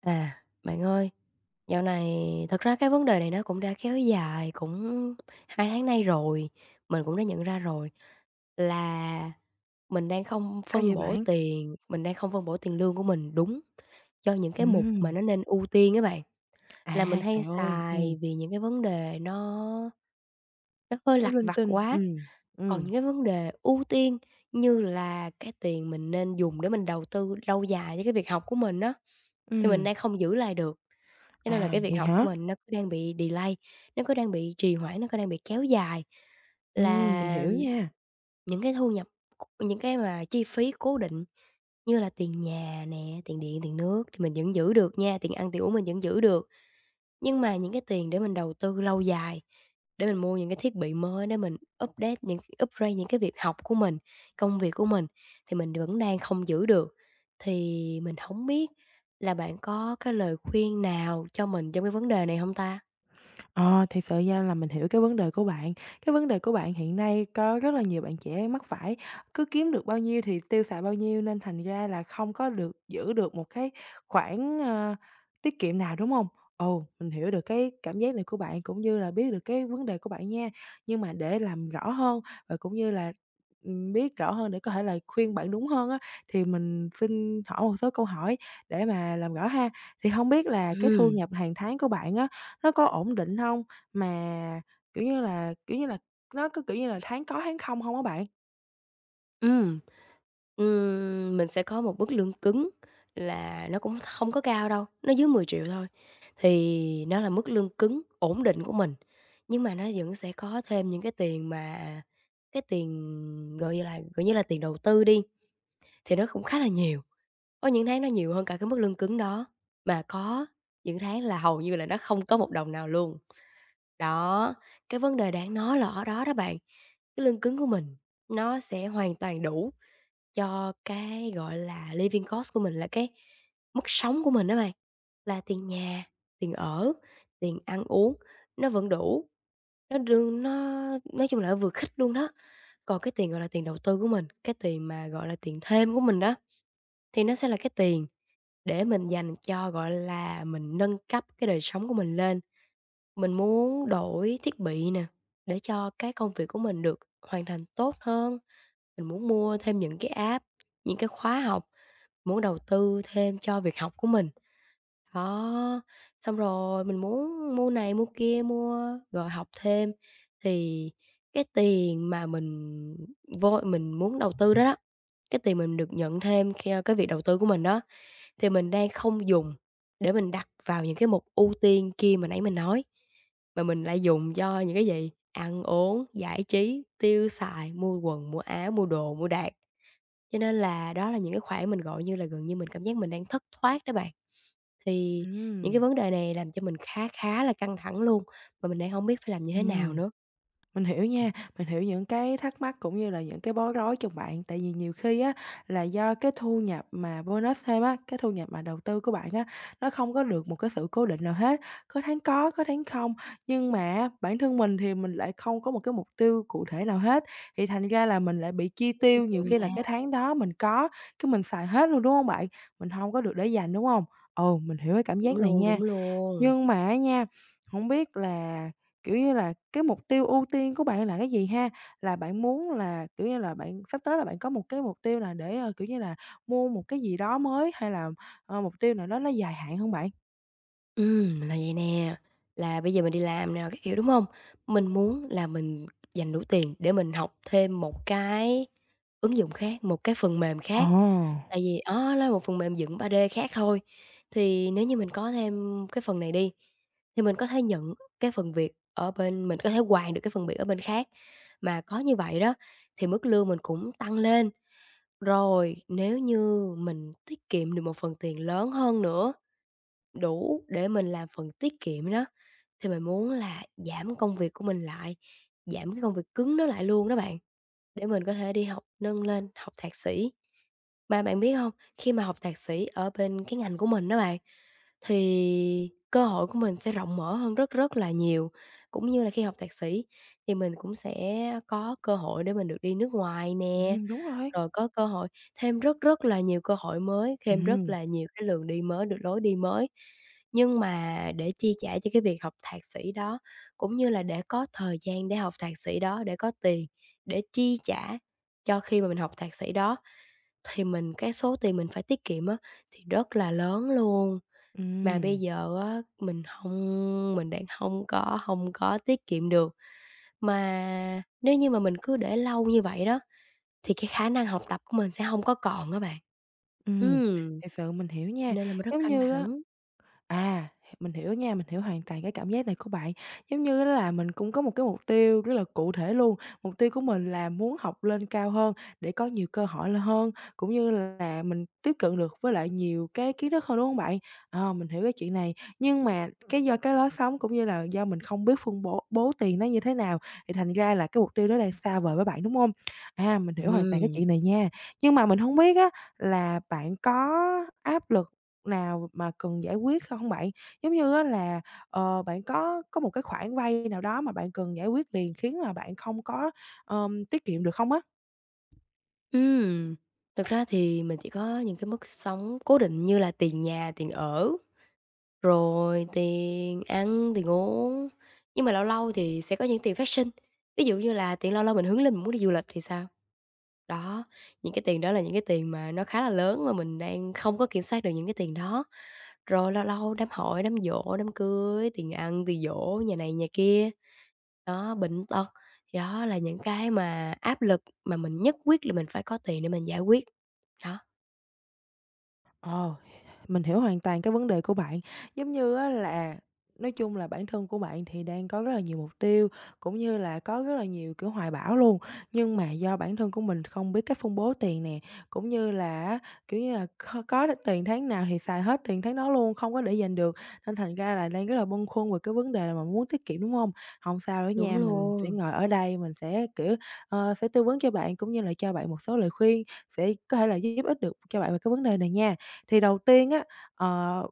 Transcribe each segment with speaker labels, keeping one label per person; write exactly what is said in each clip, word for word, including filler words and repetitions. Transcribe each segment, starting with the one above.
Speaker 1: À, bạn ơi, dạo này thật ra cái vấn đề này nó cũng đã kéo dài cũng hai tháng nay rồi, mình cũng đã nhận ra rồi là mình đang không
Speaker 2: Sao
Speaker 1: phân
Speaker 2: vậy
Speaker 1: bổ
Speaker 2: bạn?
Speaker 1: tiền, mình đang không phân bổ tiền lương của mình đúng cho những cái mục mà
Speaker 2: Ừm,
Speaker 1: nó nên ưu tiên các bạn. Là mình
Speaker 2: à,
Speaker 1: hay
Speaker 2: Trời ơi! Ừm,
Speaker 1: xài vì những cái vấn đề nó nó hơi
Speaker 2: nó
Speaker 1: lặt
Speaker 2: linh
Speaker 1: vặt
Speaker 2: tinh.
Speaker 1: quá,
Speaker 2: ừm,
Speaker 1: còn
Speaker 2: ừm,
Speaker 1: những cái vấn đề ưu tiên như là cái tiền mình nên dùng để mình đầu tư lâu dài cho cái việc học của mình á, thì mình
Speaker 2: ừm,
Speaker 1: đang không giữ lại được. Cho nên là
Speaker 2: à,
Speaker 1: cái việc
Speaker 2: Vậy
Speaker 1: học của
Speaker 2: hả?
Speaker 1: mình nó cứ đang bị delay, nó cứ đang bị trì hoãn, nó cứ đang bị kéo dài.
Speaker 2: Ừm. Mình
Speaker 1: Là
Speaker 2: hiểu nha.
Speaker 1: những cái thu nhập, những cái mà chi phí cố định như là tiền nhà nè, tiền điện, tiền nước thì mình vẫn giữ được nha, tiền ăn, tiền uống mình vẫn giữ được. Nhưng mà những cái tiền để mình đầu tư lâu dài, để mình mua những cái thiết bị mới, để mình update những upgrade những cái việc học của mình, công việc của mình thì mình vẫn đang không giữ được. Thì mình không biết là bạn có cái lời khuyên nào cho mình trong cái vấn đề này không ta?
Speaker 2: Ờ, thì sự ra là mình hiểu cái vấn đề của bạn. Cái vấn đề của bạn hiện nay có rất là nhiều bạn trẻ mắc phải, cứ kiếm được bao nhiêu thì tiêu xài bao nhiêu nên thành ra là không có được giữ được một cái khoản, ờ, tiết kiệm nào, đúng không? Ồ, mình hiểu được cái cảm giác này của bạn cũng như là biết được cái vấn đề của bạn nha. Nhưng mà để làm rõ hơn và cũng như là, ừm, biết rõ hơn để có thể là khuyên bạn đúng hơn á, thì mình xin hỏi một số câu hỏi để mà làm rõ ha. Thì không biết là cái thu
Speaker 1: Ừm,
Speaker 2: nhập hàng tháng của bạn á, nó có ổn định hông? Mà, kiểu như là, kiểu như là, nó cứ, kiểu như là, tháng có tháng không hông á bạn?
Speaker 1: ừm. Ừm, mình sẽ có một mức lương cứng là nó cũng không có cao đâu, nó dưới mười triệu thôi, thì nó là mức lương cứng ổn định của mình. Nhưng mà nó vẫn sẽ có thêm những cái tiền mà cái tiền, gọi như là, gọi như là tiền đầu tư đi, thì nó cũng khá là nhiều. Có những tháng nó nhiều hơn cả cái mức lương cứng đó, mà có những tháng là hầu như là nó không có một đồng nào luôn. Đó, cái vấn đề đáng nói là ở đó đó bạn, cái lương cứng của mình nó sẽ hoàn toàn đủ cho cái, gọi là, living cost của mình, là cái mức sống của mình á bạn, là tiền nhà, tiền ở, tiền ăn uống, nó vẫn đủ, nó đương nó nói chung là nó vừa khích luôn đó. Còn cái tiền, gọi là, tiền đầu tư của mình, cái tiền mà, gọi là, tiền thêm của mình đó, thì nó sẽ là cái tiền để mình dành cho, gọi là, mình nâng cấp cái đời sống của mình lên. Mình muốn đổi thiết bị nè, để cho cái công việc của mình được hoàn thành tốt hơn, mình muốn mua thêm những cái app, những cái khóa học, muốn đầu tư thêm cho việc học của mình, đó. Xong rồi mình muốn mua này mua kia, mua rồi học thêm, thì cái tiền mà mình vô mình muốn đầu tư đó đó, cái tiền mình được nhận thêm khi ờ, cái việc đầu tư của mình đó, thì mình đang không dùng để mình đặt vào những cái mục ưu tiên kia mà nãy mình nói, mà mình lại dùng cho những cái gì? Ăn uống, giải trí, tiêu xài, mua quần, mua áo, mua đồ, mua đạc. Cho nên là đó là những cái khoản mình, gọi như là, gần như mình cảm giác mình đang thất thoát đó bạn. Thì những cái
Speaker 2: Ừm.
Speaker 1: vấn đề này làm cho mình khá khá là căng thẳng luôn, mà mình đang không biết phải làm như thế nào
Speaker 2: Ừm.
Speaker 1: nữa.
Speaker 2: Mình hiểu nha, mình hiểu những cái thắc mắc cũng như là những cái bối rối trong bạn. Tại vì nhiều khi á, là do cái thu nhập mà bonus thêm á, cái thu nhập mà đầu tư của bạn á, nó không có được một cái sự cố định nào hết, có tháng có, có tháng không. Nhưng mà bản thân mình thì mình lại không có một cái mục tiêu cụ thể nào hết, thì thành ra là mình lại bị chi tiêu, nhiều
Speaker 1: Đúng
Speaker 2: khi là
Speaker 1: nha.
Speaker 2: cái tháng đó mình có, cái mình xài hết luôn, đúng không bạn? Mình không có được để dành, đúng không? Ồ, mình hiểu cái cảm
Speaker 1: Đúng
Speaker 2: giác này
Speaker 1: luôn,
Speaker 2: nha.
Speaker 1: đúng luôn.
Speaker 2: Nhưng mà á nha, không biết là, kiểu như là, cái mục tiêu ưu tiên của bạn là cái gì ha? Là bạn muốn là, kiểu như là, bạn sắp tới là bạn có một cái mục tiêu là để, ờ, kiểu như là, mua một cái gì đó mới hay là, ờ, mục tiêu nào đó nó dài hạn không bạn?
Speaker 1: Ừm, là vậy nè, là bây giờ mình đi làm nè, các kiểu, đúng hông? Mình muốn là mình dành đủ tiền để mình học thêm một cái ứng dụng khác, một cái phần mềm khác,
Speaker 2: Ồ!
Speaker 1: tại vì đó nó là một phần mềm dựng ba đê khác thôi. Thì nếu như mình có thêm cái phần này đi, thì mình có thể nhận cái phần việc ở bên mình có thể hoàn được cái phần việc ở bên khác, mà có như vậy đó thì mức lương mình cũng tăng lên. Rồi nếu như mình tiết kiệm được một phần tiền lớn hơn nữa, đủ để mình làm phần tiết kiệm đó, thì mình muốn là giảm công việc của mình lại, giảm cái công việc cứng đó lại luôn đó bạn, để mình có thể đi học nâng lên, học thạc sĩ. Mà bạn biết không, khi mà học thạc sĩ ở bên cái ngành của mình đó bạn, thì cơ hội của mình sẽ rộng mở hơn rất rất là nhiều. Cũng như là khi học thạc sĩ thì mình cũng sẽ có cơ hội để mình được đi nước ngoài nè,
Speaker 2: Ừm, đúng rồi.
Speaker 1: rồi có cơ hội thêm rất rất là nhiều cơ hội mới, thêm rất
Speaker 2: Ừm,
Speaker 1: là nhiều cái đường đi mới, được lối đi mới. Nhưng mà để chi trả cho cái việc học thạc sĩ đó, cũng như là để có thời gian để học thạc sĩ đó, để có tiền để chi trả cho khi mà mình học thạc sĩ đó, thì mình cái số tiền mình phải tiết kiệm á, thì rất là lớn luôn. Mà bây
Speaker 2: ừm,
Speaker 1: giờ á, mình không, mình đang không có không có tiết kiệm được. Mà nếu như mà mình cứ để lâu như vậy đó thì cái khả năng học tập của mình sẽ hông có còn á bạn.
Speaker 2: ừm,
Speaker 1: Ừm.
Speaker 2: Thiệt sự mình hiểu
Speaker 1: Cho
Speaker 2: nha.
Speaker 1: nên là mình rất
Speaker 2: Giống
Speaker 1: căng
Speaker 2: như á.
Speaker 1: thẳng.
Speaker 2: À, h mình hiểu nha, mình hiểu hoàn toàn cái cảm giác này của bạn. Giống như là mình cũng có một cái mục tiêu rất là cụ thể luôn, mục tiêu của mình là muốn học lên cao hơn để có nhiều cơ hội là hơn, cũng như là mình tiếp cận được với lại nhiều cái kiến thức hơn, đúng không bạn? Ờ, mình hiểu cái chuyện này, nhưng mà cái do cái lối sống cũng như là do mình không biết phân bổ bố tiền nó như thế nào, thì thành ra là cái mục tiêu đó đang xa vời với bạn, đúng không? À, mình hiểu hoàn toàn cái
Speaker 1: Ừm,
Speaker 2: chuyện này nha. Nhưng mà mình không biết á là bạn có áp lực nào mà cần giải quyết không bạn? Giống như á là, ờ, bạn có có một cái khoản vay nào đó mà bạn cần giải quyết liền khiến là bạn không có, ờm, tiết kiệm được không á?
Speaker 1: ừm. Thực ra thì mình chỉ có những cái mức sống cố định như là tiền nhà, tiền ở, rồi tiền ăn, tiền uống, nhưng mà lâu lâu thì sẽ có những tiền phát sinh. Ví dụ như là tiền lâu lâu mình hướng lên mình muốn đi du lịch thì sao? Đó, những cái tiền đó là những cái tiền mà nó khá là lớn mà mình đang không có kiểm soát được những cái tiền đó. Rồi lâu lâu đám hỏi, đám giỗ, đám cưới, tiền ăn, tiền giỗ, nhà này nhà kia, đó, bệnh tật, thì đó là những cái mà áp lực mà mình nhất quyết là mình phải có tiền để mình giải quyết. Đó,
Speaker 2: Ờ, mình hiểu hoàn toàn cái vấn đề của bạn. Giống như á là nói chung là bản thân của bạn thì đang có rất là nhiều mục tiêu, cũng như là có rất là nhiều, kiểu, hoài bão luôn, nhưng mà do bản thân của mình không biết cách phân bố tiền nè, cũng như là á, kiểu như là, kho có được tiền tháng nào thì xài hết tiền tháng đó luôn, không có để dành được, nên thành ra là đang rất là bâng khuâng về cái vấn đề mà muốn tiết kiệm, đúng không? Không sao đó
Speaker 1: đúng
Speaker 2: nha, mình sẽ
Speaker 1: luôn.
Speaker 2: ngồi ở đây mình sẽ, kiểu, ờ, sẽ tư vấn cho bạn cũng như là cho bạn một số lời khuyên sẽ có thể là giúp ích được cho bạn về cái vấn đề này nha. Thì đầu tiên á, ờ,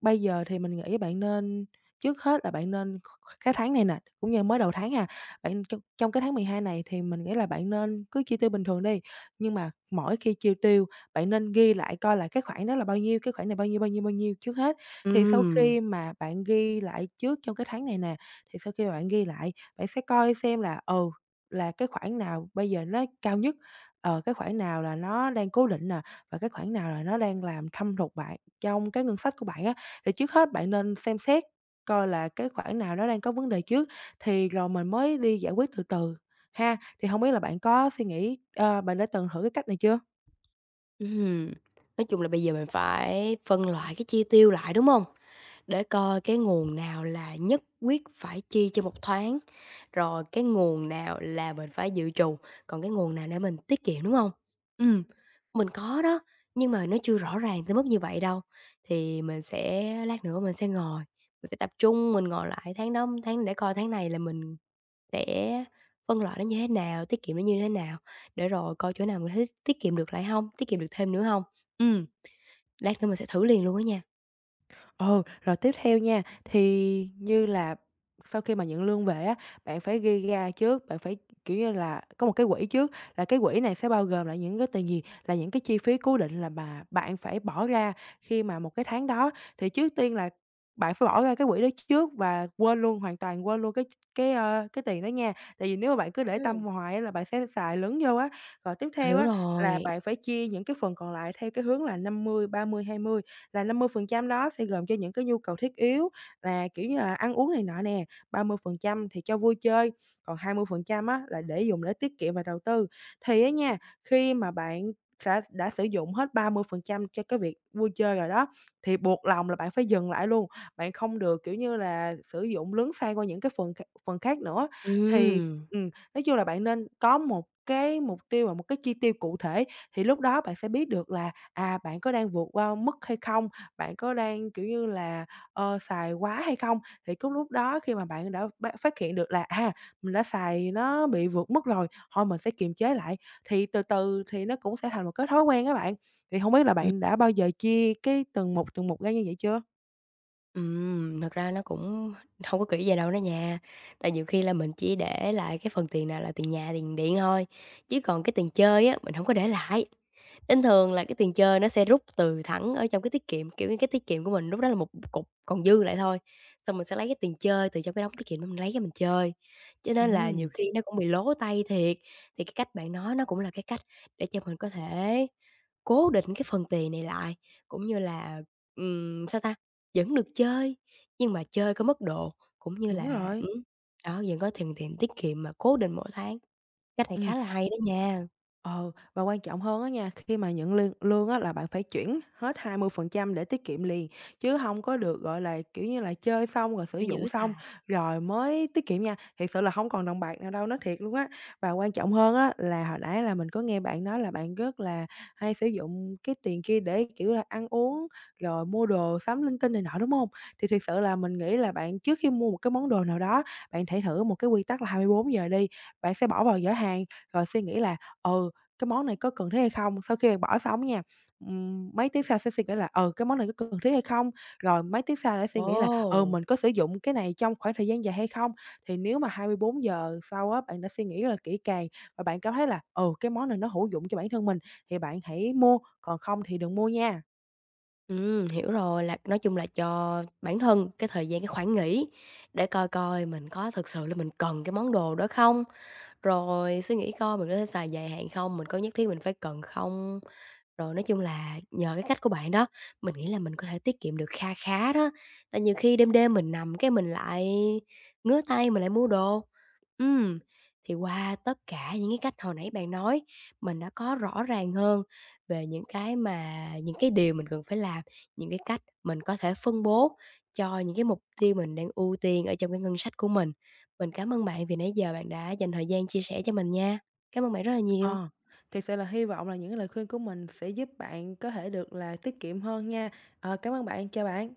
Speaker 2: bây giờ thì mình nghĩ bạn nên trước hết là bạn nên kh cái tháng này nè, cũng như mới đầu tháng ha, bạn trong trong cái tháng mười hai này thì mình nghĩ là bạn nên cứ chi tiêu bình thường đi, nhưng mà mỗi khi chi tiêu bạn nên ghi lại coi là cái khoản đó là bao nhiêu, cái khoản này bao nhiêu, bao nhiêu, bao nhiêu trước hết. Thì sau
Speaker 1: Ừm.
Speaker 2: khi mà bạn ghi lại trước trong cái tháng này nè, thì sau khi mà bạn ghi lại, bạn sẽ coi xem là, ừ, là cái khoản nào bây giờ nó cao nhất, ờ, cái khoản nào là nó đang cố định nè, và cái khoản nào là nó đang làm thâm hụt bạn trong cái ngân sách của bạn á. Thì trước hết bạn nên xem xét coi là cái khoản nào nó đang có vấn đề trước, thì rồi mình mới đi giải quyết từ từ ha. Thì không biết là bạn có suy nghĩ, ờ, bạn đã từng thử cái cách này chưa?
Speaker 1: Ừm, nói chung là bây giờ mình phải phân loại cái chi tiêu lại, đúng không? Để coi cái nguồn nào là nhất quyết phải chi cho một tháng, rồi cái nguồn nào là mình phải dự trù, còn cái nguồn nào để mình tiết kiệm, đúng không? Ừm, mình có đó, nhưng mà nó chưa rõ ràng tới mức như vậy đâu. Thì mình sẽ lát nữa mình sẽ ngồi, mình sẽ tập trung, mình ngồi lại tháng đó tháng để coi tháng này là mình sẽ phân loại nó như thế nào, tiết kiệm nó như thế nào, để rồi coi chỗ nào mình thấy tiết kiệm được lại hông, tiết kiệm được thêm nữa hông. Ừm, lát nữa mình sẽ thử liền luôn á nha.
Speaker 2: Ừ, rồi tiếp theo nha, thì như là sau khi mà nhận lương về á, bạn phải ghi ra trước, bạn phải, kiểu như là, có một cái quỹ trước, là cái quỹ này sẽ bao gồm là những cái tiền gì, là những cái chi phí cố định là mà bạn phải bỏ ra khi mà một cái tháng đó. Thì trước tiên là bạn phải bỏ ra cái quỹ đó trước và quên luôn, hoàn toàn quên luôn cái cái, ơ, cái tiền đó nha, tại vì nếu mà bạn cứ để tâm
Speaker 1: Ừm.
Speaker 2: hoài á là bạn sẽ xài lấn vô á. Rồi tiếp theo
Speaker 1: Hiểu
Speaker 2: á, là
Speaker 1: rồi,
Speaker 2: bạn phải chia những cái phần còn lại theo cái hướng là năm mươi ba mươi hai mươi, là năm mươi phần trăm đó sẽ gồm cho những cái nhu cầu thiết yếu là, kiểu như là, ăn uống này nọ nè, ba mươi phần trăm thì cho vui chơi, còn hai mươi phần trăm á là để dùng để tiết kiệm và đầu tư. Thì á nha, khi mà bạn sẽ đã sử dụng hết ba mươi phần trăm cho cái việc vui chơi rồi đó, thì buộc lòng là bạn phải dừng lại luôn, bạn không được, kiểu như là, sử dụng lấn sang qua những cái phần kh phần khác nữa. Thì
Speaker 1: ừm.
Speaker 2: ừm, nói chung là bạn nên có một cái mục tiêu và một cái chi tiêu cụ thể, thì lúc đó bạn sẽ biết được là: à, bạn có đang vượt qua mức hay không? Bạn có đang, kiểu như là, ờ, xài quá hay không? Thì cái lúc đó khi mà bạn đã bác phát hiện được là, à, mình đã xài nó bị vượt mức rồi, thôi mình sẽ kiềm chế lại, thì từ từ thì nó cũng sẽ thành một cái thói quen các bạn. Thì không biết là bạn đã bao giờ chia cái từng mục, từng mục ra như vậy chưa?
Speaker 1: Ừm, thật ra nó cũng không có kỹ vậy đâu đó nha. Tại nhiều khi là mình chỉ để lại cái phần tiền nào là tiền nhà, tiền điện thôi, chứ còn cái tiền chơi á, mình không có để lại. Đến thường là cái tiền chơi nó sẽ rút từ thẳng ở trong cái tiết kiệm, kiểu như, cái tiết kiệm của mình lúc đó là một cục còn dư lại thôi, xong mình sẽ lấy cái tiền chơi từ trong cái đống tiết kiệm đó mình lấy ra mình chơi. Cho nên là nhiều
Speaker 2: Ừm,
Speaker 1: khi nó cũng bị lố tay thiệt, thì cái cách bạn nói nó cũng là cái cách để cho mình có thể cố định cái phần tiền này lại, cũng như là, ừm, sao ta? Vẫn được chơi, nhưng mà chơi có mức độ, cũng như
Speaker 2: đúng
Speaker 1: là
Speaker 2: rồi.
Speaker 1: ừm, đó, vẫn có tiền tiền tiết kiệm mà cố định mỗi tháng. Cách này
Speaker 2: Ừm.
Speaker 1: khá là hay đó nha.
Speaker 2: Ờ, và quan trọng hơn á nha, khi mà nhận lương lương á là bạn phải chuyển hết hai mươi phần trăm để tiết kiệm liền, chứ không có được, gọi là, kiểu như là, chơi xong rồi sử
Speaker 1: Giữ giữ
Speaker 2: dụng xong
Speaker 1: xài.
Speaker 2: rồi mới tiết kiệm nha. Thiệt sự là không còn đồng bạc nào đâu, nói thiệt luôn á. Và quan trọng hơn á là hồi nãy là mình có nghe bạn nói là bạn rất là hay sử dụng cái tiền kia để, kiểu là, ăn uống rồi mua đồ sắm linh tinh này nọ, đúng không? Thì thiệt sự là mình nghĩ là bạn trước khi mua một cái món đồ nào đó, bạn thể thử một cái quy tắc là hai mươi bốn giờ đi, bạn sẽ bỏ vào giỏ hàng rồi suy nghĩ là: "Ừ, cái món này có cần thiết hay không?" Sau khi bạn bỏ xong nha, ừm, mấy tiếng sau sẽ suy nghĩ là: ờ Cái món này có cần thiết hay không?" Rồi mấy tiếng sau lại suy nghĩ là: ờ
Speaker 1: Ồ!
Speaker 2: Mình có sử dụng cái này trong khoảng thời gian dài hay không?" Thì nếu mà hai mươi bốn giờ sau á, bạn đã suy nghĩ rất là kỹ càng và bạn cảm thấy là: ờ Cái món này nó hữu dụng cho bản thân mình" thì bạn hãy mua, còn không thì đừng mua nha.
Speaker 1: Ừm, hiểu rồi, là nói chung là cho bản thân cái thời gian, cái khoảng nghỉ để coi coi mình có thực sự là mình cần cái món đồ đó không? Rồi suy nghĩ coi mình có thể xài dài hạn không? Mình có nhất thiết mình phải cần không? Rồi nói chung là nhờ cái cách của bạn đó, mình nghĩ là mình có thể tiết kiệm được kha khá đó. Tại nhiều khi đêm đêm mình nằm cái mình lại ngứa tay mình lại mua đồ. Ừm, thì qua tất cả những cái cách hồi nãy bạn nói, mình đã có rõ ràng hơn về những cái mà những cái điều mình cần phải làm, những cái cách mình có thể phân bố cho những cái mục tiêu mình đang ưu tiên ở trong cái ngân sách của mình. Mình cảm ơn bạn vì nãy giờ bạn đã dành thời gian chia sẻ cho mình nha. Cảm ơn bạn rất là
Speaker 2: Ờ,
Speaker 1: nhiều.
Speaker 2: thiệt sự là hy vọng là những lời khuyên của mình sẽ giúp bạn có thể được là tiết kiệm hơn nha. Ờ, cảm ơn bạn, chào bạn.